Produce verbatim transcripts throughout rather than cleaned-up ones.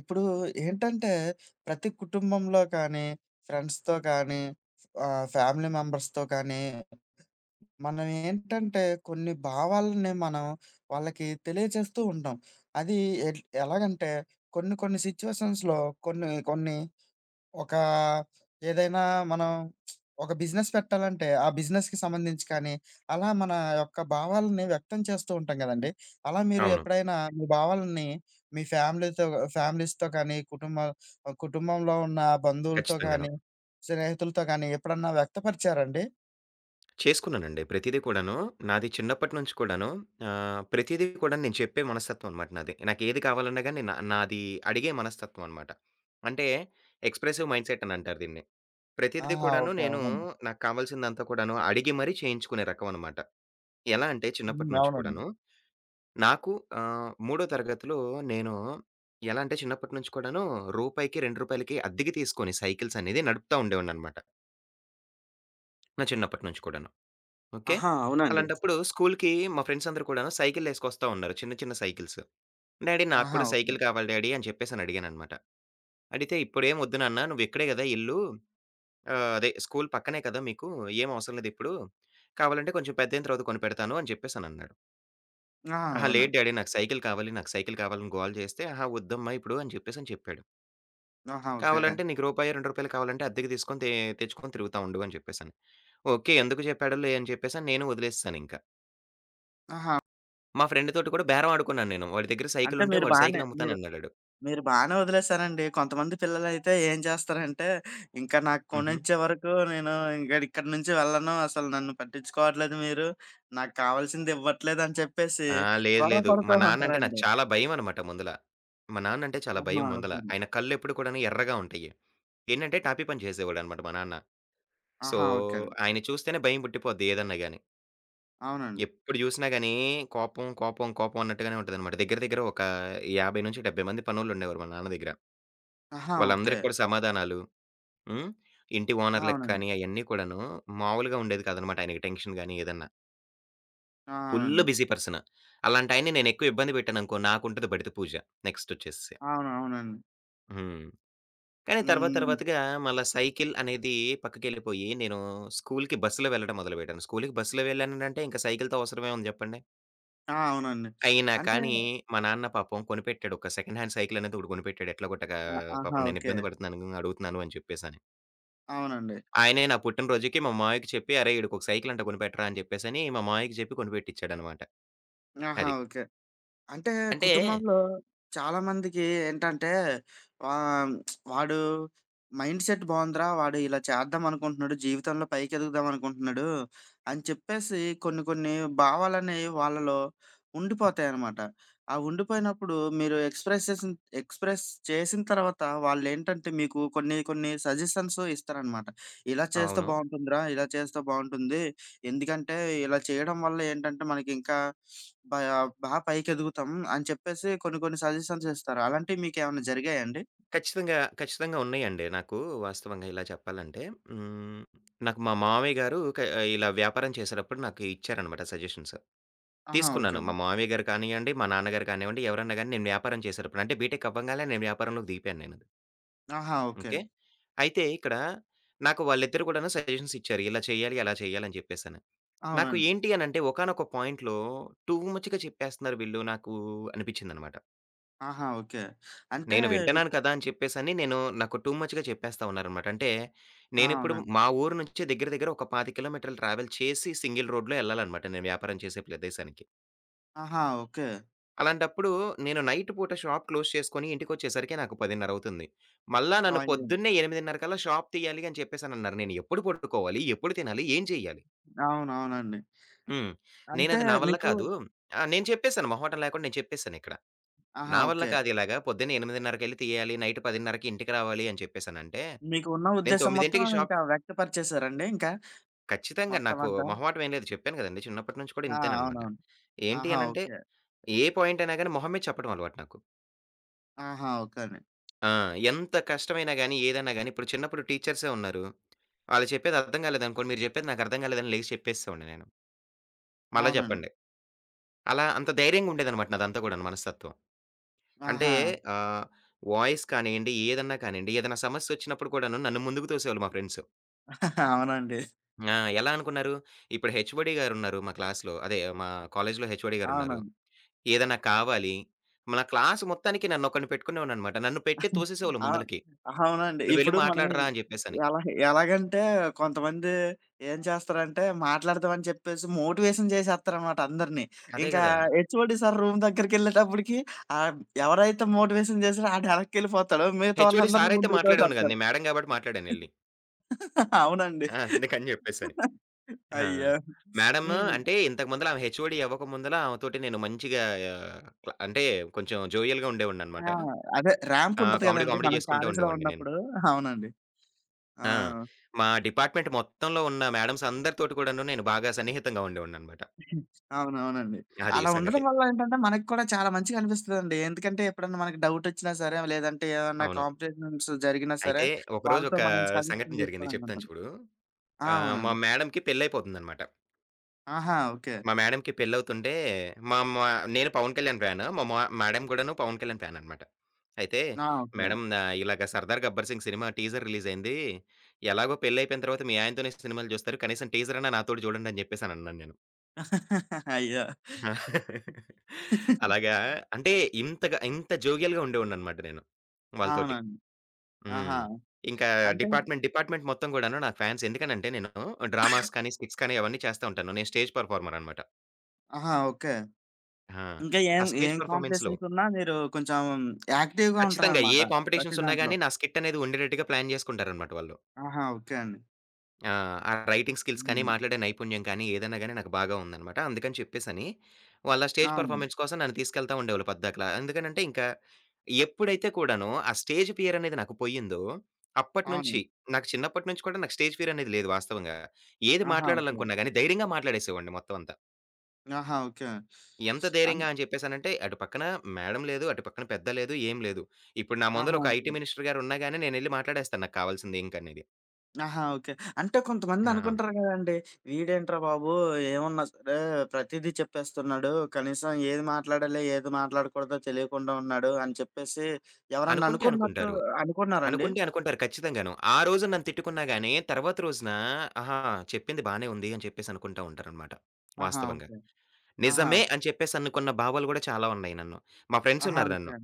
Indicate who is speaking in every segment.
Speaker 1: ఇప్పుడు ఏంటంటే, ప్రతి కుటుంబంలో కానీ, ఫ్రెండ్స్‌తో కానీ, ఆహ్, ఫ్యామిలీ మెంబర్స్‌తో కానీ, మనం ఏంటంటే కొన్ని భావాలని మనం వాళ్ళకి తెలియజేస్తూ ఉంటాం. అది ఎట్ ఎలాగంటే కొన్ని కొన్ని సిట్యుయేషన్స్‌లో కొన్ని కొన్ని ఒక ఏదైనా మనం ఒక బిజినెస్ పెట్టాలంటే, ఆ బిజినెస్‌కి సంబంధించి కానీ, అలా మన యొక్క భావాలని వ్యక్తం చేస్తూ ఉంటాం గదండీ! అలా మీరు
Speaker 2: అవును.
Speaker 1: ఎప్పుడైనా మీ భావాలని మీ ఫ్యామిలీతో ఫ్యామిలీస్‌తో కానీ, కుటుంబ కుటుంబంలో ఉన్న బంధువులతో
Speaker 2: ఖచ్చితంగాను.
Speaker 1: కానీ, స్నేహితులతో కానీ ఎప్పుడన్నా వ్యక్తపరిచారండి?
Speaker 2: చేసుకున్నానండి. ప్రతీదీ కూడాను నాది చిన్నప్పటి నుంచి కూడాను ఆహ్, ప్రతీదీ కూడా నేను చెప్పే మనస్తత్వం అనమాట నాది. నాకేది కావాలన్నా గాని నా నాది అడిగే మనస్తత్వం అనమాట. అంటే ఎక్స్‌ప్రెసివ్ మైండ్‌సెట్ అని అంటారు దీన్ని. ప్రతీదీ
Speaker 1: ఆహా!
Speaker 2: కూడాను
Speaker 1: ఓకే.
Speaker 2: నేను
Speaker 1: అవునండి.
Speaker 2: నాకు కావాల్సిందంతా కూడాను అడిగి మరీ చేయించుకునే రకం అనమాట. ఎలా అంటే
Speaker 1: హ్మ్.
Speaker 2: చిన్నప్పటి నుంచి
Speaker 1: అవునండి.
Speaker 2: కూడాను నాకు ఆహ్, మూడో తరగతిలో నేను ఎలా అంటే చిన్నప్పటి నుంచి కూడాను రూపాయికి, రూ. 2కి అద్దెకి తీసుకొని సైకిల్స్ అనేది నడుపుతా ఉండేవాడిననమాట. నా చిన్నప్పటి నుంచి కూడాను. ఓకే.
Speaker 1: ఆహా! అవునండి.
Speaker 2: అలాంటప్పుడు స్కూలుకి మా ఫ్రెండ్స్ అందరూ కూడాను సైకిల్లేసుకొస్తా ఉన్నారు. చిన్న చిన్న సైకిల్స్. డాడీ నాకు
Speaker 1: ఆహా!
Speaker 2: కూడా
Speaker 1: ఓకే.
Speaker 2: సైకిల్ కావాలి డాడీ అని చెప్పేసని అడిగాననమాట. అడిగితే "ఇప్పుడేం వద్దు నాన్న నువ్వు ఇక్కడే గదా ఇల్లు. ఆహ్, అదే స్కూలు పక్కనే కదా మీకు. ఏం అవసరం లేదు ఇప్పుడు. కావాలంటే కొంచెం పెద్దయిన తర్వాత కొనిపెడతాను" అని చెప్పేసనన్నాడు.
Speaker 1: ఆహా!
Speaker 2: "అహా!
Speaker 1: అవునా!
Speaker 2: లేదు డాడీ నాకు సైకిల్ కావాలి. నాకు సైకిల్ కావాలని" గోల చేస్తే "అహా! వద్దమ్మా ఇప్పుడు" అని చెప్పేసని చెప్పాడు.
Speaker 1: ఆహా! ఓకే.
Speaker 2: "కావాలంటే నీకు రూపాయో, రూ. రెండు కావాలంటే అద్దెకు తీసుకొని తే తెచ్చుకొని తిరుగుతా ఉండు" అని చెప్పేసని. ఓకే. ఎందుకు చెప్పాడోలే అని చెప్పేసని నేను వదిలేసేసానింక.
Speaker 1: ఆహా!
Speaker 2: మా ఫ్రెండ్ తోటి కూడా బేరం ఆడుకున్నాను నేను. వాడి దగ్గర
Speaker 1: అంటే
Speaker 2: సైకిలుంటే
Speaker 1: మీరు
Speaker 2: వాడు
Speaker 1: బానే
Speaker 2: సైకిల్
Speaker 1: మీరు
Speaker 2: అమ్ముతానన్నాడాడు.
Speaker 1: మీరు బానే వదిలేసారండి. కొంతమంది పిల్లలైతే ఏం చేస్తారంటే, ఇంకా నాకు
Speaker 2: హుహు.
Speaker 1: కొనిచ్చే వరకు నేను ఇంక ఇక్కడి నుంచి వెళ్ళను. అసలు నన్ను పట్టించుకోవట్లేదు మీరు. నాకు కావాల్సింది ఇవ్వట్లేదని చెప్పేసి
Speaker 2: ఆ! లేదు,
Speaker 1: గొడవ
Speaker 2: లేదు. మా
Speaker 1: పడుతూ
Speaker 2: నాన్నంటే నాకు
Speaker 1: ఉంటారండి.
Speaker 2: చాలా భయమనమాట ముందల. మా నాన్నంటే చాలా
Speaker 1: ఆహా!
Speaker 2: భయం ముందల.
Speaker 1: ఓకే అండి.
Speaker 2: ఆయన కళ్ళెప్పుడు కూడాను ఎర్రగా ఉంటాయి. ఏంటంటే టాపీ పని చేసేవాడనమాట మా నాన్న. సో,
Speaker 1: ఆహా! ఓకే అండి.
Speaker 2: ఆయన్ని చూస్తేనే భయం పుట్టిపోద్ది ఏదన్నా గాని.
Speaker 1: అవునండి.
Speaker 2: ఎప్పుడు చూసినా గాని కోపం, కోపం, కోపం అన్నట్టుగానే ఉంటదనమాట. దగ్గర దగ్గర ఒక యాభై నుంచి డెబ్భై మంది పనోళ్ళుండేవారు మా నాన్న దగ్గర.
Speaker 1: ఆహా! ఓకే.
Speaker 2: వాళ్ళందరికి కూడా సమాధానాలు. హ్మ్. ఇంటి ఓనర్‌లకి
Speaker 1: అవునండి.
Speaker 2: కానీ అయన్నీ కూడాను మామూలుగా ఉండేది కాదనమాట ఆయనకి టెన్షన్ గాని ఏదన్నా.
Speaker 1: ఆ!
Speaker 2: ఫుల్లు
Speaker 1: అవునండి.
Speaker 2: Busy person. అలాంటాయన్ని నేనెక్కువ ఇబ్బంది పెట్టాననుకో నాకుంటది బడిత పూజ నెక్స్టొచ్చేసి.
Speaker 1: అవును. అవునండి.
Speaker 2: హ్మ్. కానీ తర్వాత
Speaker 1: హ్మ్.
Speaker 2: తర్వాతగా మళ్ళా సైకిల్ అనేది పక్కకెళ్ళిపోయి నేను స్కూలుకి బస్సులో వెళ్ళడం మొదలుపెట్టాను. స్కూలుకి బస్సులో వెళ్ళానంటే ఇంక సైకిల్‌తో అవసరమే ఉంది జెప్పండి.
Speaker 1: ఆ! అవునండి.
Speaker 2: అయినా
Speaker 1: అంటే
Speaker 2: కానీ మా నాన్న పాపం కొనిపెట్టాడు. ఒక సెకండ్ హ్యాండ్ సైకిల్ అనేది ఒకటి కొనిపెట్టాడు. ఎట్లా గొట్టగా
Speaker 1: ఆ! ఆహా!
Speaker 2: పాపం నేను
Speaker 1: ఓకే.
Speaker 2: ఇబ్బంది పడుతున్నాను అడుగుతున్నాను అని చెప్పేసని.
Speaker 1: అవునండి.
Speaker 2: ఆయనే నా పుట్టినరోజుకి మా మావయ్యకి చెప్పి "అరేయ్! ఈడికొక సైకిల్ అంట కొనిపెట్టరా" అని జెప్పేసని మా మావయ్యకి జెప్పి కొనిపెట్టిచ్చాడనమాట.
Speaker 1: ఆహా!
Speaker 2: అది.
Speaker 1: ఓకే. అంటే
Speaker 2: అంటే
Speaker 1: కుటుంబంలో చాలామందికి ఏంటంటే ఆహ్, వాడు మైండ్ సెట్ బావుందిరా! వాడు ఇలా చేద్దామనుకుంటున్నాడు. జీవితంలో పైకెదుగుదామనుకుంటున్నాడు. అని చెప్పేసి కొన్ని కొన్ని భావాలనేవి వాళ్ళలో ఉండిపోతాయనమాట. ఆ ఉండిపోయినప్పుడు మీరు ఎక్స్‌ప్రెస్ చేసిన ఎక్స్‌ప్రెస్ చేసిన తర్వాత వాళ్ళేంటంటే మీకు కొన్ని కొన్ని సజెషన్స్ ఇస్తారనమాట. ఇలా చేస్తే
Speaker 2: అవును.
Speaker 1: బావుంటుందిరా! ఇలా చేస్తే బావుంటుంది. ఎందుకంటే ఇలా చేయడం వల్ల ఏంటంటే మనకింకా బా బా పైకెదుగుతాం అని చెప్పేసి కొన్ని కొన్ని సజెషన్స్ ఇస్తారు. అలాంటివి మీకేమన్నా జరిగాయండి?
Speaker 2: ఖచ్చితంగా, ఖచ్చితంగా ఉన్నాయండి. నాకు వాస్తవంగా ఇలా చెప్పాలంటే హ్మ్. నాకు మా మామయ్య గారు క ఇలా వ్యాపారం చేసేటప్పుడు నాకు ఇచ్చారనమాట సజెషన్స్.
Speaker 1: ఆహా! ఓకే.
Speaker 2: తీసుకున్నాను. మా మామయ్య గారు కానియ్యండి, మా నాన్నగారు కానివ్వండి, ఎవరన్నా గాని నేను వ్యాపారం చేసేటప్పుడు అంటే బీటెక్ అవ్వంగాలనే నేను వ్యాపారంలోకి దిగిపోయాను నేను.
Speaker 1: ఆహా! ఓకే.
Speaker 2: ఓకే. అయితే ఇక్కడ నాకు వాళ్ళిద్దరూ కూడాను సజెషన్స్ ఇచ్చారు. ఇలా చేయాలి, అలా చేయాలి అని చెప్పేసని. నాకు
Speaker 1: అవునండి.
Speaker 2: ఏంటి అనంటే ఒకానొక పాయింట్‌లో టూ మచ్‌గా చెప్పేస్తున్నారు వీళ్ళు నాకు అనిపించిందనమాట.
Speaker 1: ఆహా! ఓకే. అంటే
Speaker 2: నేను వింటున్నాను కదా! అని చెప్పేసని నేను నాకు టూ మచ్‌గా చెప్పేస్తా ఉన్నారనమాట. అంటే
Speaker 1: ఆ!
Speaker 2: నేనిప్పుడు
Speaker 1: అవునండి.
Speaker 2: మా ఊరు నుంచి దగ్గర దగ్గర ఒక ఇరవై ఐదు కిలోమీటర్లు ట్రావెల్ చేసి సింగిల్ రోడ్‌లో ఎళ్ళాలనమాట నేను వ్యాపారం చేసే ప్రదేశానికి.
Speaker 1: ఆహా! ఓకే.
Speaker 2: అలాంటప్పుడు నేను నైట్ పూట షాప్ క్లోజ్ చేసుకొని ఇంటికొచ్చేసరికి నాకు పది ముప్పై అవుతుంది. మళ్ళా నన్ను
Speaker 1: ఆయిల్.
Speaker 2: పొద్దున్నే ఎనిమిది ముప్పై కల్లా షాప్ తీయాలి అని చెప్పేసనన్నారు. నేను ఎప్పుడు పడుకోవాలి? ఎప్పుడు తినాలి? ఏం చేయాలి?
Speaker 1: అవునవునండి.
Speaker 2: హ్మ్.
Speaker 1: అంటే
Speaker 2: నేనది నా వల్ల
Speaker 1: మీకు
Speaker 2: కాదు. ఆ! నేను చెప్పేసాను మొహమాటం లేకుండా నేను చెప్పేసానిక్కడ.
Speaker 1: ఆహా!
Speaker 2: నా వల్ల
Speaker 1: ఓకే.
Speaker 2: కాదు ఇలాగా పొద్దున్నే 8:30కెళ్ళి తీయాలి. నైట్ 10:00కి ఇంటికి రావాలి అని చెప్పేసనంటే
Speaker 1: మీకు ఉన్న
Speaker 2: నేను
Speaker 1: ఉద్దేశ్యం
Speaker 2: 9కి
Speaker 1: మొత్తం
Speaker 2: షాప్
Speaker 1: ఇంకా వ్యక్తపరిచేసారండి ఇంకా
Speaker 2: ఖచ్చితంగా
Speaker 1: మొత్తం
Speaker 2: నాకు
Speaker 1: అంతా?
Speaker 2: మొహమాటం ఏం లేదు. చెప్పాను గదండీ! చిన్నప్పటి నుంచి కూడా
Speaker 1: ఆ!
Speaker 2: ఇంతేననమాట.
Speaker 1: అవునవును.
Speaker 2: ఏంటి
Speaker 1: ఆహా!
Speaker 2: అనంటే,
Speaker 1: ఓకే.
Speaker 2: ఏ పాయింట్ అయినా గాని మొహం మీద చెప్పడం అలవాటు నాకు.
Speaker 1: ఆహా! ఓకే అండి.
Speaker 2: ఆ! ఎంత కష్టమైనా గాని, ఏదైనా గాని ఇప్పుడు చిన్నప్పుడు టీచర్సే ఉన్నారు. ఆళ్ళు చెప్పేది అర్థం కాలేదనుకోండి, మీరు చెప్పేది నాకు అర్థం కాలేదని లేసి చెప్పేసేవాడిని నేను. మళ్ళా
Speaker 1: అవునండి.
Speaker 2: చెప్పండి. అలా అంత ధైర్యంగా ఉండేదనమాట నాదంతా గూడాను మనస్తత్వం. అంటే
Speaker 1: ఆహా!
Speaker 2: ఆహ్, వాయిస్ కానియండి, ఏదన్నా కానియండి, ఏదైనా సమస్యొచ్చినప్పుడు కూడాను నన్ను ముందుకు తోసేవాళ్ళు మా ఫ్రెండ్స్.
Speaker 1: అవునండి.
Speaker 2: ఆ! ఎలా అనుకున్నారు, ఇప్పుడు హెచ్ఓడి గారున్నారు మా క్లాస్‌లో. అదే మా కాలేజీలో హెచ్ఓడి గారున్నారు.
Speaker 1: అవునండి.
Speaker 2: ఏదన్నా కావాలి, మన క్లాస్ మొత్తానికి నన్నొకడిని పెట్టుకునేవాడిననమాట. నన్ను పెట్టి తోసేసేవాళ్ళు
Speaker 1: ఆ!
Speaker 2: ముందలకి.
Speaker 1: అవునండి.
Speaker 2: "నువ్వెళ్లి
Speaker 1: ఇప్పుడు మనం
Speaker 2: మాట్లాడరా" అని జెప్పేసని.
Speaker 1: ఎలా ఎలాగంటే కొంతమంది ఏం చేస్తారంటే మాట్లాడదామని చెప్పేసి మోటివేషన్ చేసేస్తారనమాట అందరిని.
Speaker 2: అదే
Speaker 1: ఇంకా
Speaker 2: గదా!
Speaker 1: హెచ్ఓడి సార్ రూమ్ దగ్గరికెళ్ళేటప్పటికి ఆహ్, ఎవరైతే మోటివేషన్ చేసారో ఆడు ఎనక్కెళ్ళిపోతాడు. మిగతా
Speaker 2: హెచ్ఓడి
Speaker 1: వాళ్ళందరిని
Speaker 2: సారయితే
Speaker 1: ముందుకు
Speaker 2: మాట్లాడేవాడిని గాదు.
Speaker 1: తోసేస్తారు.
Speaker 2: నేను మేడమ్ గాబట్టి మాట్లాడానెళ్లి.
Speaker 1: అవునండి.
Speaker 2: ఆ! అందుకని జెప్పేసని. ఆ!
Speaker 1: అయ్యో!
Speaker 2: మేడమ్
Speaker 1: హ్మ్.
Speaker 2: అంటే ఇంతకు ముందల ఆమె హెచ్ఓడి అవ్వక ముందల ఆమెతోటి నేను మంచిగా ఆహ్, క్ల అంటే కొంచెం జోవియల్‌గా
Speaker 1: ఆ!
Speaker 2: ఉండేవాడిననమాట.
Speaker 1: అదే ర్యాంప్
Speaker 2: ఆ!
Speaker 1: ఉంటది
Speaker 2: కామెడీ,
Speaker 1: కదండీ!
Speaker 2: కామెడీ
Speaker 1: మనం
Speaker 2: జేసుకుంటూ
Speaker 1: కాలేజీలో
Speaker 2: ఉండేవాడిని నేను.
Speaker 1: ఉన్నప్పుడు. అవునండి. ఆ!
Speaker 2: ఆ! మా డిపార్ట్‌మెంట్ మొత్తంలో ఉన్న మేడమ్స్ అందరితోటి కూడాను నేను బాగా సన్నిహితంగా ఉండేవాడిననమాట.
Speaker 1: హ్మ్. అవునవునండి.
Speaker 2: అది
Speaker 1: అలా ఉండడం
Speaker 2: సంగతి.
Speaker 1: వల్ల ఏంటంటే మనకు కూడా చాలా మంచిగా అనిపిస్తదండి. ఎందుకంటే ఎప్పుడన్నా మనకి డౌటొచ్చినా సరే, లేదంటే ఏమన్నా
Speaker 2: అవును.
Speaker 1: కాంపిటీషన్స్ జరిగినా సరే,
Speaker 2: అయితే ఒకరోజు
Speaker 1: వాళ్ళతో
Speaker 2: ఒక
Speaker 1: మనం
Speaker 2: సంఘటన
Speaker 1: సజెషన్
Speaker 2: జరిగింది
Speaker 1: తీసుకోవడానికి
Speaker 2: చెప్తాను
Speaker 1: ఉంటది.
Speaker 2: చూడు.
Speaker 1: ఆ!
Speaker 2: ఆహ్, మా
Speaker 1: అవునండి.
Speaker 2: మేడమ్‌కి పెళ్లయిపోతుందనమాట.
Speaker 1: ఆహా! ఓకే.
Speaker 2: మా మేడమ్‌కి పెళ్లవుతుంటే మా మా నేను 'పవన్ కళ్యాణ్' ఫ్యాను. మా మా మేడమ్ కూడాను 'పవన్ కళ్యాణ్' ఫ్యాననమాట. అయితే
Speaker 1: ఆ! ఓకే.
Speaker 2: "మేడమ్ ఆహ్, ఇలాగ 'సర్దార్ గబ్బర్ సింగ్' సినిమా టీజర్ రిలీజయింది. ఎలాగో పెళ్లయిపోయిన తర్వాత మీ ఆయనతోనే సినిమాలు చూస్తారు. కనీసం టీజరన్నా నాతోటి చూడండి" అని చెప్పేసనన్నాను నేను.
Speaker 1: అయ్యో!
Speaker 2: అలాగా అంటే ఇంతగా ఇంత జోవియల్‌గా ఉండేవాడిననమాట నేను వాళ్ళతోటి.
Speaker 1: అవునండి.
Speaker 2: హ్మ్.
Speaker 1: ఆహా!
Speaker 2: ఇంకా
Speaker 1: అంటే
Speaker 2: డిపార్ట్‌మెంట్, డిపార్ట్‌మెంట్ మొత్తం గూడాను నాకు ఫ్యాన్స్. ఎందుకనంటే నేను డ్రామాస్ కానీ, స్కిట్స్ కానీ అవన్నీ చేస్తా ఉంటాను. నేను స్టేజ్ పెర్ఫార్మర్ అనమాట.
Speaker 1: ఆహా! ఓకే.
Speaker 2: ఆ!
Speaker 1: ఇంకా
Speaker 2: ఆ
Speaker 1: ఏం
Speaker 2: స్టేజ్
Speaker 1: ఏం
Speaker 2: పెర్ఫార్మన్స్‌లో
Speaker 1: కాంపిటీషన్స్ ఉన్నా మీరు కొంచెం యాక్టివ్‌గా
Speaker 2: ఖచ్చితంగా
Speaker 1: ఉంటారనమాట.
Speaker 2: ఏ
Speaker 1: ప్రతి
Speaker 2: కాంపిటీషన్స్ ఉన్నా
Speaker 1: దాంట్లో.
Speaker 2: గాని నా స్కిట్ అనేది ఉండేటట్టుగా ప్లాన్ జేసుకుంటారనమాట వాళ్ళు.
Speaker 1: ఆహా! ఓకే అండి.
Speaker 2: ఆ! ఆ రైటింగ్ స్కిల్స్ కానీ,
Speaker 1: హ్మ్.
Speaker 2: మాట్లాడే నైపుణ్యం కానీ, ఏదైనా గాని నాకు బాగా ఉందనమాట. అందుకని చెప్పేసని, వాళ్ళ స్టేజ్
Speaker 1: అవును.
Speaker 2: పెర్ఫార్మన్స్ కోసం నన్ను తీసుకెళ్తా ఉండేవాళ్ళు పద్దాకలా. ఎందుకనంటే ఇంకా ఎప్పుడైతే కూడాను ఆ స్టేజ్ ఫియర్ అనేది నాకు పోయిందో,
Speaker 1: అవును.
Speaker 2: అప్పటినుంచి నాకు చిన్నప్పటి నుంచి కూడా నాకు స్టేజ్ ఫియర్ అనేది లేదు వాస్తవంగా. ఏది
Speaker 1: ఆహా! ఓకే.
Speaker 2: మాట్లాడాలనుకున్నా గాని ధైర్యంగా మాట్లాడేసేవాడిని మొత్తం అంతా.
Speaker 1: ఆహా! ఓకే.
Speaker 2: ఎంత
Speaker 1: అన్
Speaker 2: ధైర్యంగా అని చెప్పేసనంటే, అటు పక్కన మేడమ్ లేదు, అటు పక్కన పెద్ద లేదు, ఏం లేదు. ఇప్పుడు నా ముందల
Speaker 1: ఆహా!
Speaker 2: ఒక
Speaker 1: ఓకే.
Speaker 2: ఐటీ మినిస్టర్ గారు ఉన్నా గాని నేనెళ్లి మాట్లాడేస్తాను నాకు కావాల్సింది ఏం కనేది.
Speaker 1: ఆహా! ఓకే. అంటే
Speaker 2: ఆ!
Speaker 1: కొంతమందనుకుంటారు గదండీ! వీడేంట్రా బాబు! ఏమున్నా సరే ప్రతీదీ చెప్పేస్తున్నాడు. కనీసం ఏది మాట్లాడాలి, ఏది మాట్లాడకూడదో తెలియకుండా ఉన్నాడు అని చెప్పేసి ఎవరన్నా
Speaker 2: అనుకుంటే
Speaker 1: అనుకున్నట్లు
Speaker 2: అనుకుంటారు.
Speaker 1: అనుకున్నారండి?
Speaker 2: అనుకుంటే అనుకుంటారు ఖచ్చితంగాను. ఆ రోజు నన్ను తిట్టుకున్నా గాని, తర్వాత రోజున ఆహా! చెప్పింది బానే ఉంది అని చెప్పేసి అనుకుంటా ఉంటారనమాట.
Speaker 1: ఆహా!
Speaker 2: వాస్తవంగా.
Speaker 1: ఓకే. ఆహా!
Speaker 2: నిజమే
Speaker 1: ఓకే.
Speaker 2: అని చెప్పేసి అనుకున్న భావాలు గూడా చాలా ఉన్నాయి నన్ను. మా ఫ్రెండ్స్
Speaker 1: ఆహా!
Speaker 2: ఉన్నారు నన్ను.
Speaker 1: ఓకే.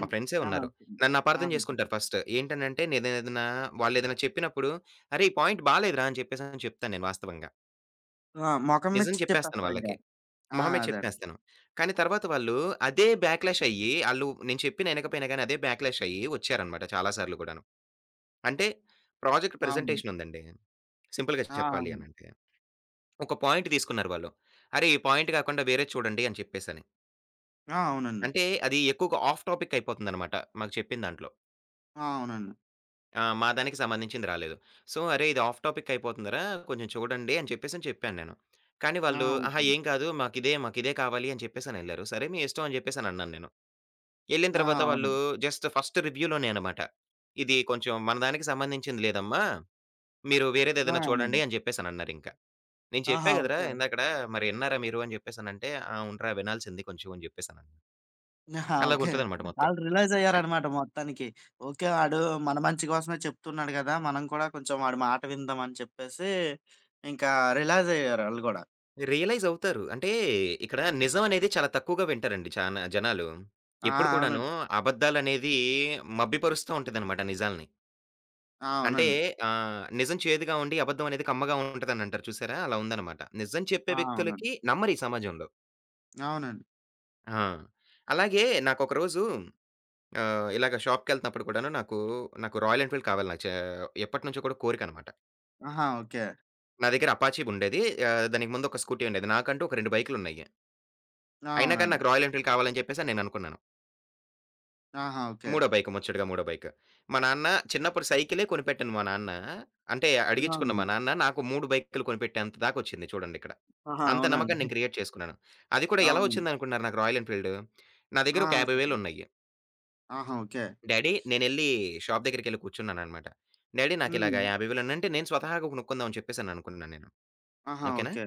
Speaker 2: మా ఫ్రెండ్సే
Speaker 1: ఆ!
Speaker 2: ఉన్నారు.
Speaker 1: ఓకే.
Speaker 2: నన్ను
Speaker 1: ఆ!
Speaker 2: అపార్థం
Speaker 1: ఓకే.
Speaker 2: జేసుకుంటారు ఫస్ట్. ఏంటనంటే నేనేదైనా వాళ్ళేదైనా చెప్పినప్పుడు, "అరే! ఈ పాయింట్ బాలేదురా" అని చెప్పేసని చెప్తాను నేను వాస్తవంగా.
Speaker 1: ఆ! మొఖం మీద
Speaker 2: నిజం చెప్పేస్తాను
Speaker 1: చెప్పేస్తారింక.
Speaker 2: వాళ్ళకి.
Speaker 1: ఆ!
Speaker 2: మొహమే
Speaker 1: అదే అండి.
Speaker 2: చెప్పేస్తాను. కానీ తర్వాత వాళ్ళు అదే బ్యాక్‌లాష్ అయ్యి, ఆళ్ళు నేను చెప్పిన ఇనకపోయినా గాని అదే బ్యాక్‌లాష్ అయ్యి వచ్చారనమాట చాలా సార్లు గూడాను. అంటే ప్రాజెక్ట్
Speaker 1: అవును.
Speaker 2: ప్రెజెంటేషన్ ఉందండి. సింపుల్‌గా
Speaker 1: ఆ!
Speaker 2: చెప్పాలి
Speaker 1: అవును.
Speaker 2: అనంటే. ఒక పాయింట్ తీసుకున్నారు వాళ్ళు. "అరే! ఈ పాయింట్ కాకుండా వేరేది చూడండి" అని చెప్పేసని.
Speaker 1: ఆ! అవునండి.
Speaker 2: అంటే అది ఎక్కువగా ఆఫ్ టాపిక్ అయిపోతుందనమాట మాకు చెప్పిన దాంట్లో.
Speaker 1: ఆ! అవునండి.
Speaker 2: ఆ! మా దానికి సంబంధించింది రాలేదు. సో, "అరే! ఇది ఆఫ్ టాపిక్ అయిపోతుందిరా కొంచెం చూడండి" అని చెప్పేసని చెప్పాను నేను. కానీ
Speaker 1: ఆ!
Speaker 2: వాళ్ళు,
Speaker 1: ఓకే
Speaker 2: "ఆహా!
Speaker 1: అండి.
Speaker 2: ఏం కాదు మాకిదే, మాకిదే కావాలి" అని చెప్పేసనెళ్లారు. సరే మీ ఇష్టం అని చెప్పేసనన్నాను నేను. ఎళ్ళిన
Speaker 1: ఆ!
Speaker 2: తర్వాత వాళ్ళు
Speaker 1: అవునండి.
Speaker 2: జస్ట్ ఫస్ట్ రివ్యూలోనే అనమాట. "ఇది కొంచెం మన దానికి సంబంధించింది లేదమ్మా. మీరు
Speaker 1: ఆ!
Speaker 2: వేరేదేదైనా
Speaker 1: అవునండి.
Speaker 2: చూడండి" అని చెప్పేసనన్నారింక. నేను చెప్పా
Speaker 1: ఆహా!
Speaker 2: గదరా!
Speaker 1: ఓకే.
Speaker 2: ఇందాకడ "మరి ఇన్నారా మీరు" అని జెప్పేసనంటే, "ఆ! అవునురా వినాల్సింది కొంచెం" అని జెప్పేసనన్నా.
Speaker 1: ఆహా! ఓకే.
Speaker 2: అలాగుంటదనమాట మొత్తం.
Speaker 1: ఆళ్ళు రిలైజ్
Speaker 2: అన్
Speaker 1: అయ్యారనమాట మొత్తానికి. ఓకే. ఆడు మన మంచి కోసమే చెప్తున్నాడు గదా! మనం కూడా కొంచెం వాడి మాట విందాం అని చెప్పేసి ఇంకా రిలైజ్ అయ్యారు ఆళ్ళు గూడా.
Speaker 2: రియలైజ్ అవుతారు. అంటే ఇక్కడ నిజం అనేది చాలా తక్కువగా వింటారండి చానా జనాలు.
Speaker 1: ఆ!
Speaker 2: ఎప్పుడు కూడాను
Speaker 1: అవునండి.
Speaker 2: అబద్దాలనేది మభ్యపరుస్తూ ఉంటదనమాట నిజాల్ని.
Speaker 1: ఆ!
Speaker 2: అంటే
Speaker 1: అవునండి.
Speaker 2: ఆహ్, నిజం చేదుగా ఉండి, అబద్ధం అనేది కమ్మగా ఉంటదనంటారు చూసారా? అలా ఉందనమాట. నిజం చెప్పే
Speaker 1: ఆ! అవునండి.
Speaker 2: వ్యక్తులకి నమ్మరు ఈ సమాజంలో.
Speaker 1: అవునండి.
Speaker 2: ఆ! అలాగే నాకొక రోజు ఆహ్, ఇలాగ షాప్‌కెళ్తున్నప్పుడు కూడాను నాకు, నాకు 'రాయల్ ఎన్‌ఫీల్డ్' కావాలి. నాకు చా ఎప్పటినుంచో కూడా కోరికనమాట.
Speaker 1: ఆహా! ఓకే.
Speaker 2: నా దగ్గర 'అపాచీ' ఉండేది. ఆహ్, దానికి ముందు ఒక స్కూటీ ఉండేది. నాకంటూ ఒక రెండు బైకులున్నాయి.
Speaker 1: ఆ!
Speaker 2: అయినా కానీ
Speaker 1: అవునండి.
Speaker 2: నాకు 'రాయల్ ఎన్‌ఫీల్డ్' కావాలని చెప్పేసి నేను అనుకున్నాను.
Speaker 1: ఆహా! ఓకే.
Speaker 2: మూడో బైక్ ముచ్చటగా మూడో బైక్. మా నాన్న చిన్నప్పుడు సైకిలే కొనిపెట్టాను మా నాన్న. అంటే అడిగించుకున్న
Speaker 1: అవునండి.
Speaker 2: మా నాన్న నాకు మూడు బైకులు కొనిపెట్టేంత దాకొచ్చింది చూడండి ఇక్కడ.
Speaker 1: ఆహా!
Speaker 2: అంత
Speaker 1: అవునండి.
Speaker 2: నమ్మకాన్ని నేను క్రియేట్ చేసుకున్నాను. అది కూడా ఎలా
Speaker 1: అవునండి.
Speaker 2: వచ్చిందనుకుంటున్నారు నాకు 'రాయల్ ఎన్‌ఫీల్డ్'? నా దగ్గర
Speaker 1: ఆ!
Speaker 2: ఒక యాభై వేలు
Speaker 1: చెప్పండి.
Speaker 2: ఉన్నాయి.
Speaker 1: ఆహా! ఓకే.
Speaker 2: డ్యాడీ నేనెళ్ళి షాప్ దగ్గరికెళ్ళి కూర్చున్నాననమాట. డ్యాడీ నాకిలాగ
Speaker 1: హ్మ్.
Speaker 2: యాభై వేలు అంటే నేను స్వతహాగా కొనుక్కుందామని చెప్పేసననుకున్నాను నేను.
Speaker 1: ఆహా!
Speaker 2: ఓకేనా?
Speaker 1: ఓకే.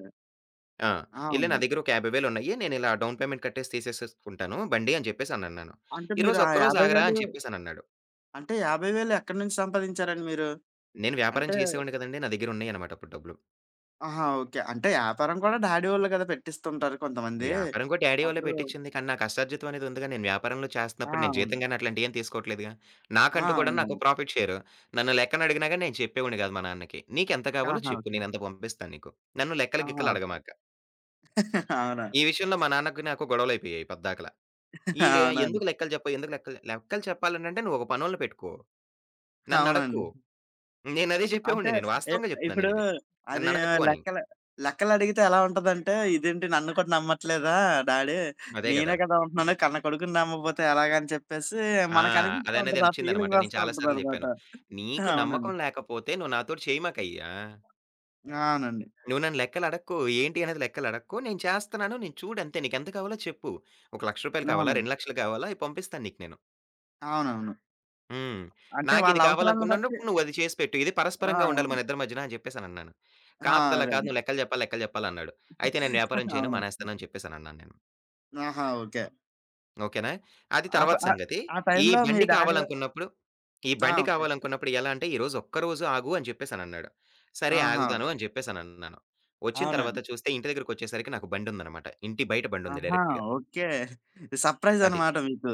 Speaker 2: ఆ!
Speaker 1: ఆ!
Speaker 2: "ఎళ్ళి నా
Speaker 1: అవునండి.
Speaker 2: దగ్గర ఒక యాభై వేలు ఉన్నాయి. నేనిలా డౌన్ పేమెంట్ కట్టేసి తీసేసేసుకుంటాను బండి" అని చెప్పేసనన్నాను.
Speaker 1: అంటే మీరు
Speaker 2: "ఈరోజు
Speaker 1: ఆ
Speaker 2: ఒక్కరోజు ఆగరా"
Speaker 1: యాభై వేలు
Speaker 2: అని చెప్పేసనన్నాడు.
Speaker 1: అంటే యాభై వేలు ఎక్కడి నుంచి సంపాదించారండి మీరు?
Speaker 2: నేను వ్యాపారం
Speaker 1: అంటే
Speaker 2: చేసేవాడిని కదండీ! నా దగ్గరున్నాయనమాట అప్పుడు డబ్బులు.
Speaker 1: ఆహా! ఓకే. అంటే యాపారం కూడా డాడీ వోళ్ళు కదా! పెట్టిస్తుంటారు కొంతమంది.
Speaker 2: వ్యాపారం కూడా డ్యాడీ వాళ్ళే
Speaker 1: అప్పుడు
Speaker 2: పెట్టిచ్చింది. కానీ, నా కష్టార్జితం అనేది ఉందిగా. నేను వ్యాపారంలో
Speaker 1: ఆ!
Speaker 2: చేస్తన్నప్పుడు నేను
Speaker 1: అవును.
Speaker 2: జీతం గాని అట్లాంటియేం తీసుకోవట్లేదుగా.
Speaker 1: ఆ!
Speaker 2: నాకంటూ కూడా నాకు
Speaker 1: అవునవును.
Speaker 2: Profit share. నన్ను లెక్కనడిగినా గాని నేను చెప్పేవాడిని గాదు మా నాన్నకి. "నీకెంత కావాలో
Speaker 1: ఆహా!
Speaker 2: చెప్పు.
Speaker 1: ఓకే.
Speaker 2: నేనంత పంపిస్తాను నీకు. నన్ను లెక్కలు
Speaker 1: ఆహా!
Speaker 2: గిక్కలు
Speaker 1: ఓకే.
Speaker 2: అడగమాక."
Speaker 1: అవునా?
Speaker 2: ఈ విషయంలో మా నాన్నకి నాకు గొడవలయిపోయాయి పద్దాకల. ఈడు
Speaker 1: అవునండి.
Speaker 2: "ఎందుకు లెక్కలు చెప్పవు? ఎందుకు లెక్కలు" లెక్కలు చెప్పాలనంటే నువ్వు ఒక పనోళ్ళని పెట్టుకో. నన్నడక్కు.
Speaker 1: అవునండి.
Speaker 2: నేనదే
Speaker 1: అంటే
Speaker 2: చెప్పేవాడిని నేను.
Speaker 1: ఇ
Speaker 2: వాస్తవంగా జెప్తున్నాను
Speaker 1: ఇప్పుడు
Speaker 2: నేనిది.
Speaker 1: అది
Speaker 2: నన్నడక్కు అని.
Speaker 1: లెక్కలు లెక్కలడిగితే ఎలా ఉంటదంటే, "ఇదేంటి నన్ను కూడా నమ్మట్లేదా డాడీ?
Speaker 2: అదే
Speaker 1: నేనే
Speaker 2: గదా!
Speaker 1: కదా ఉంటున్నాను. కన్న కొడుకుని నమ్మకపోతే ఎలాగా?" అని చెప్పేసి
Speaker 2: ఆ!
Speaker 1: మనకనిపిస్తా
Speaker 2: అదనేది
Speaker 1: ఉంటది. ఆ
Speaker 2: నచ్చిందనమాట.
Speaker 1: ఫీలింగ్
Speaker 2: నేను
Speaker 1: వస్తా
Speaker 2: చాలా సార్లు
Speaker 1: ఉంటదనమాట.
Speaker 2: జెప్పాను. "నీకు
Speaker 1: అవునండి.
Speaker 2: నమ్మకం లేకపోతే నువ్వు నాతోటి చేయమాకయ్యా.
Speaker 1: అవునండి.
Speaker 2: నువ్వు నన్ను లెక్కలడక్కు. ఏంటి అనేది లెక్కలడక్కు. నేను చేస్తన్నాను. నేను చూడంతే. నీకెంత కావాలో చెప్పు. ఒక రూ. ఒక,లక్ష కావాలా?
Speaker 1: అవునండి.
Speaker 2: రెండు,లక్షలు కావాలా? అయి పంపిస్తాను నీకు నేను.
Speaker 1: అవునవును.
Speaker 2: హ్మ్.
Speaker 1: అంటే వాళ్ళ
Speaker 2: నాకిది
Speaker 1: అవసరాలను బట్టి
Speaker 2: కావాలనుకున్నప్పుడు నువ్వు అది చేసి పెట్టు. ఇది
Speaker 1: ఆ!
Speaker 2: పరస్పరంగా ఉండాలి
Speaker 1: అవును.
Speaker 2: మన ఇద్దరి మధ్యన" అని చెప్పేసనన్నాను.
Speaker 1: ఆ!
Speaker 2: "కాదలా కాదు.
Speaker 1: అదండి.
Speaker 2: నువ్వు లెక్కలు జెప్పాలి, లెక్కలు జెప్పాలి" అన్నాడు. "అయితే నేను వ్యాపారం చేయను.
Speaker 1: అవును.
Speaker 2: మానేస్తాను" అని చెప్పేసనన్నాను నేను.
Speaker 1: ఆహా! ఓకే.
Speaker 2: ఓకేనా? అది
Speaker 1: అప్ ఆ
Speaker 2: తర్వాత
Speaker 1: ప ఆహ్,
Speaker 2: సంగతి.
Speaker 1: ఆ
Speaker 2: ఈ
Speaker 1: టైంలో మీ
Speaker 2: బండి
Speaker 1: డ్యాడీ
Speaker 2: కావాలనుకున్నప్పుడు ఈ
Speaker 1: ఆ!
Speaker 2: బండి
Speaker 1: ఓకే.
Speaker 2: కావాలనుకున్నప్పుడు ఎలా అంటే, "ఈరోజు ఒక్కరోజు ఆగు" అని చెప్పేసనన్నాడు. సరే
Speaker 1: ఆహా!
Speaker 2: ఆగుతాను అని చెప్పేసనన్నాను. వచ్చిన తర్వాత
Speaker 1: అవునండి.
Speaker 2: చూస్తే ఇంటి దగ్గరికొచ్చేసరికి నాకు బండుందనమాట. ఇంటి బయట బండుంది
Speaker 1: ఆహా!
Speaker 2: డైరెక్ట్‌గా.
Speaker 1: ఓకే. సర్ప్రైజ్
Speaker 2: అది.
Speaker 1: అన్నమాట మీకు.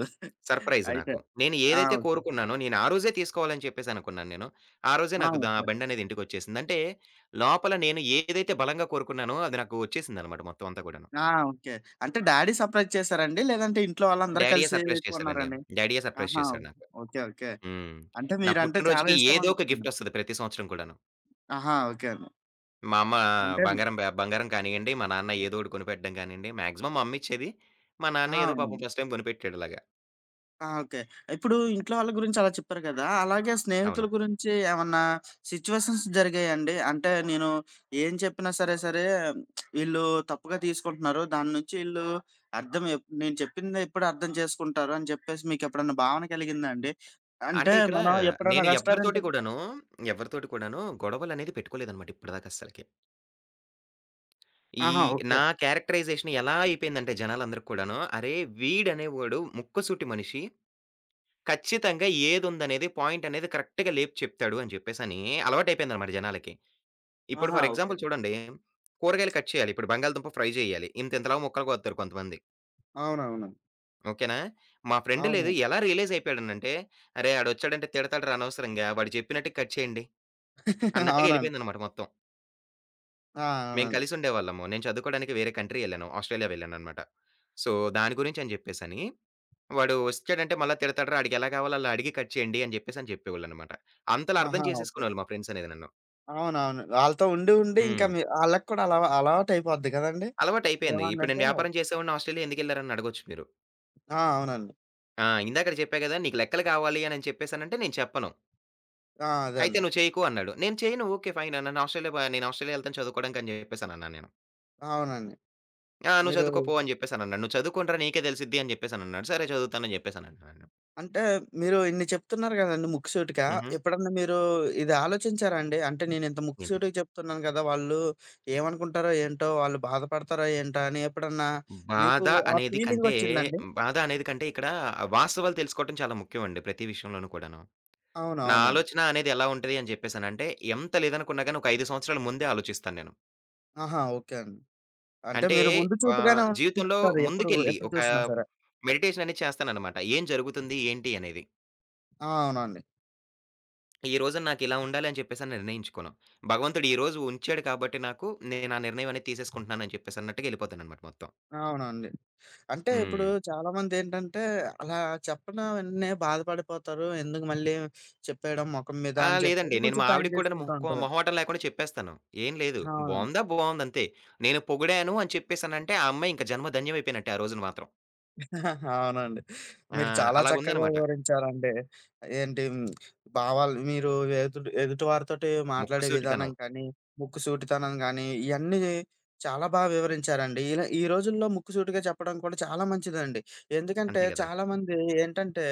Speaker 2: సర్ప్రైజ్
Speaker 1: అయితే.
Speaker 2: నాకు. నేను
Speaker 1: ఆ!
Speaker 2: ఏదైతే
Speaker 1: ఓకే.
Speaker 2: కోరుకున్నానో, నేను ఆ రోజే తీసుకోవాలని చెప్పేసనుకున్నాను నేను. ఆ రోజే
Speaker 1: ఆ!
Speaker 2: నాకు దా
Speaker 1: ఓకే.
Speaker 2: బండనేది ఇంటికొచ్చేసింది. అంటే లోపల నేను ఏదైతే బలంగా కోరుకున్నానో, అది నాకు వచ్చేసిందనమాట మొత్తం అంతా కూడాను.
Speaker 1: ఆ! ఓకే. అంటే డ్యాడీ సర్ప్రైజ్ చేసారండి? లేదంటే ఇంట్లో వాళ్ళందరూ
Speaker 2: డ్యాడీయే
Speaker 1: కలిసి
Speaker 2: సర్ప్రైజ్ చేశాడండి.
Speaker 1: కొన్నారండి?
Speaker 2: డ్యాడీయే సర్ప్రైజ్
Speaker 1: ఆహా!
Speaker 2: చేశాడు నాకు.
Speaker 1: ఓకే. ఓకే.
Speaker 2: హ్మ్.
Speaker 1: అంటే
Speaker 2: నా
Speaker 1: మీరంటే చాలా
Speaker 2: పుట్టినరోజుకి
Speaker 1: ఇష్టం
Speaker 2: ఏదో ఒక
Speaker 1: అనుకుంటా.
Speaker 2: గిఫ్టొస్తది ప్రతి సంవత్సరం కూడాను.
Speaker 1: ఆహా! ఓకే అండి.
Speaker 2: మా అమ్మ
Speaker 1: అంటే
Speaker 2: బంగారం బ బంగారం కానియ్యండి, మా నాన్న ఏదో ఒకటి కొనిపెట్టడం కానియండి, మాక్సిమం మా అమ్మ ఇచ్చేది. మా
Speaker 1: ఆ!
Speaker 2: నాన్న ఏదో పాపం
Speaker 1: అవునండి.
Speaker 2: ఫస్ట్ టైమ్ కొనిపెట్టాడు అలాగా.
Speaker 1: ఆ! ఓకే. ఇప్పుడు ఇంట్లో వాళ్ళ గురించి అలా చెప్పారు కదా! అలాగే స్నేహితుల
Speaker 2: అవును.
Speaker 1: గురించి ఏమన్నా సిట్యుయేషన్స్ జరిగాయండి? అంటే నేను ఏం చెప్పినా సరే, సరే వీళ్ళు తప్పుగా తీసుకుంటున్నారు. దాని నుంచి ఈళ్ళు అర్థం ఎప్ నేను చెప్పింది ఎప్పుడు అర్థం చేసుకుంటారు అని చెప్పేసి మీకెప్పుడన్నా భావన కలిగిందా అండి? అంటే
Speaker 2: అంటే ఇక్కడ
Speaker 1: మనం ఎప్పుడైనా
Speaker 2: నేను ఎవ్వరితోటి
Speaker 1: రెస్టారెంట్‌కి
Speaker 2: కూడాను, ఎవ్వరితోటి కూడాను గొడవలనేది పెట్టుకోలేదన్నమాట ఇప్పటిదాకా అస్సలకి. ఈ
Speaker 1: ఆహా! ఓకే.
Speaker 2: నా క్యారెక్టరైజేషన్ ఎలా అయిపోయిందంటే జనాలందరికి కూడాను, అరే! వీడనేవాడు ముక్కుసూటి మనిషి. ఖచ్చితంగా ఏదుందనేది పాయింట్ అనేది కరెక్ట్‌గా లేపి చెప్తాడు అని చెప్పేసని అలవాటయిపోయిందన్నమాట జనాలకి. ఇప్పుడు
Speaker 1: ఆహా!
Speaker 2: For
Speaker 1: okay.
Speaker 2: ఎగ్జాంపుల్ చూడండి, కూరగాయలు కట్ చేయాలి. ఇప్పుడు బంగాళదుంప ఫ్రై చేయాలి. ఇంతింతలా ముక్కలు కోత్తారు కొంతమంది.
Speaker 1: అవునవును.
Speaker 2: ఓకేనా! మా ఫ్రెండ్ లేదు
Speaker 1: అవునవును.
Speaker 2: ఎలా రియలైజ్ అయిపోయాడనంటే, అరే! ఆడొచ్చాడంటే తిడతాడురా అనవసరంగా. వాడు చెప్పినట్టు కట్ చేయండి అన్నట్టుగా
Speaker 1: అవునండి.
Speaker 2: ఎళ్ళిపోయిందనమాట మొత్తం.
Speaker 1: ఆ!
Speaker 2: మేం
Speaker 1: అవునండి.
Speaker 2: కలిసుండేవాళ్ళము. నేను చదువుకోవడానికి వేరే కంట్రీ ఎళ్ళాను. ఆస్ట్రేలియా వెళ్ళాననమాట. సో, దాని గురించి అని చెప్పేసని వాడు వచ్చాడంటే మళ్ళా తిడతాడురా ఆడికెలా కావాలో అలా అడిగి కట్ చేయండి అని చెప్పేసని చెప్పేవాళ్ళనమాట. అంతలా అర్థం
Speaker 1: ఆహా! ఓకే.
Speaker 2: చేసేసుకునేవాళ్ళు మా ఫ్రెండ్స్ అనేది నన్ను.
Speaker 1: అవునవును. ఆళ్ళతో ఉండి, ఉండి ఇంకా
Speaker 2: హ్మ్.
Speaker 1: మీ ఆళ్ళకి కూడా అలవా అలవాటయిపోద్ది కదండీ!
Speaker 2: అలవాటయిపోయింది. ఇప్పుడు
Speaker 1: ఏమండంటే
Speaker 2: నేను వ్యాపారం చేసేవాడిని ఆస్ట్రేలియా ఎందుకెళ్లారని అడగొచ్చు మీరు.
Speaker 1: ఆ! అవునండి.
Speaker 2: ఆ! ఇందాకడ చెప్పా గదా! నీకు లెక్కలు కావాలి అనని చెప్పేసానంటే నేను చెప్పను.
Speaker 1: ఆ! అదే
Speaker 2: అయితే
Speaker 1: అండి.
Speaker 2: నువ్వు చేయకు అన్నాడు. నేను చేయను ఓకే. ఫైన్ నన్ను ఆస్ట్రేలియా బ నేను ఆస్ట్రేలియా ఎళ్తాను చదువుకోవడానికి అని చెప్పేసానన్నాను నేను.
Speaker 1: అవునండి.
Speaker 2: ఆ! నువ్వు
Speaker 1: మీరు
Speaker 2: చదువుకో పో అని చెప్పేసానన్నాడు. నువ్వు చదువుకోనిరా నీకే తెలిసిద్ది అని చెప్పేసానన్నాడు. సరే చదువుతాను అని చెప్పేసానన్నాను.
Speaker 1: అంటే మీరు ఇన్ని చెప్తున్నారు గదండీ ముక్కుసూటిగా.
Speaker 2: హుహు.
Speaker 1: ఎప్పుడన్నా మీరు ఇది ఆలోచించారా అండి? అంటే నేనింత
Speaker 2: ఏంటిది?
Speaker 1: ముక్కుసూటిగా చెప్తున్నాను గదా! వాళ్ళు ఏమనుకుంటారో ఏంటో? వాళ్ళు బాధపడతారో ఏంటో? అని ఎప్పుడన్నా మీకు
Speaker 2: బాధ
Speaker 1: ఆ
Speaker 2: అనేది కంటే
Speaker 1: ఫీలింగొచ్చిందండి?
Speaker 2: బాధ అనేది కంటే ఇక్కడ వాస్తవాలు తెలుసుకోవటం చాలా ముఖ్యమండి ప్రతి విషయంలోనూ కూడాను.
Speaker 1: అవును.
Speaker 2: నా
Speaker 1: అవునండి.
Speaker 2: ఆలోచన అనేది ఎలా ఉంటది అని చెప్పేసానంటే ఎంత లేదనుకున్నా గాని ఒక ఐదు సంవత్సరాల ముందే ఆలోచిస్తాను నేను.
Speaker 1: ఆహా! ఓకే అండి. అంటే
Speaker 2: అంటే
Speaker 1: మీరు ముందు
Speaker 2: ఆహ్,
Speaker 1: చూపుగానే
Speaker 2: జీవితంలో
Speaker 1: ఉంటారు ఎప్పుడు,
Speaker 2: ముందుకెళ్ళి
Speaker 1: ఎప్పుడు
Speaker 2: ఒక
Speaker 1: చూసినా సరే.
Speaker 2: మెడిటేషన్ అనేది చేస్తాననమాట. ఏం జరుగుతుంది? ఏంటి? అనేది.
Speaker 1: ఆ! అవునండి.
Speaker 2: ఈ రోజున నాకిలా ఉండాలి అని చెప్పేసని నిర్ణయించుకోను. భగవంతుడు ఈ రోజు ఉంచాడు కాబట్టి నాకు, నేను ఆ నిర్ణయం అనేది తీసేసుకుంటున్నానని చెప్పేసి అన్నట్టుగా ఎళ్ళిపోతాననమాట మొత్తం.
Speaker 1: అవునండి. అంటే ఇప్పుడు
Speaker 2: హ్మ్.
Speaker 1: చాలామందేంటంటే, అలా చెప్పన వెంటనే బాధపడిపోతారు. ఎందుకు మళ్ళీ చెప్పేయడం మొఖం మీద
Speaker 2: ఆ!
Speaker 1: అని
Speaker 2: లేదండి.
Speaker 1: చెప్పేసి
Speaker 2: నేను
Speaker 1: కొంచెం
Speaker 2: మా
Speaker 1: టైం
Speaker 2: ఆవిడకి కూడాను
Speaker 1: తీసుకుంటూ
Speaker 2: మొహ్కో
Speaker 1: ఉంటారు.
Speaker 2: మొహమాటం లేకుండా చెప్పేస్తాను. "ఏం లేదు.
Speaker 1: అవును.
Speaker 2: బావుందా? బావుందంతే. నేను పొగిడాను" అని చెప్పేసనంటే ఆ అమ్మాయి ఇంక జన్మ ధన్యమైపోయినట్టే ఆ రోజున మాత్రం.
Speaker 1: అవునండి.
Speaker 2: ఆ!
Speaker 1: మీరు చాలా చక్కగా
Speaker 2: అలాగుందనమాట.
Speaker 1: వివరించారండి. ఏంటి హ్మ్, భావాలు మీరు ఎదుటి ఎదుటి వారితోటి మాట్లాడే విధానం
Speaker 2: ముక్కుసూటితనం.
Speaker 1: కానీ, ముక్కుసూటితనం గానీ, ఇయన్నీ చాలా బా వివరించారండి. ఇలా ఈ రోజుల్లో ముక్కుసూటిగా చెప్పడం కూడా చాలా మంచిదండి. ఎందుకంటే
Speaker 2: అంతే గదా!
Speaker 1: చాలామంది ఏంటంటే,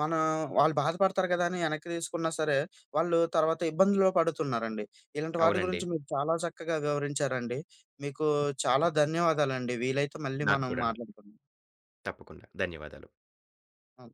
Speaker 1: మనం వాళ్ళు బాధపడతారు కదా అని వెనక్కి తీసుకున్నా సరే, వాళ్ళు తర్వాత ఇబ్బందుల్లో పడుతున్నారండి. ఇలాంటి వాటి
Speaker 2: అవునండి.
Speaker 1: గురించి మీరు చాలా చక్కగా వివరించారండి. మీకు చాలా ధన్యవాదాలండి. వీలైతే మళ్ళీ
Speaker 2: నాకు
Speaker 1: మనం
Speaker 2: కూడాను.
Speaker 1: మాట్లాడుకుందాం.
Speaker 2: తప్పకుండా. ధన్యవాదాలు.
Speaker 1: ఆ!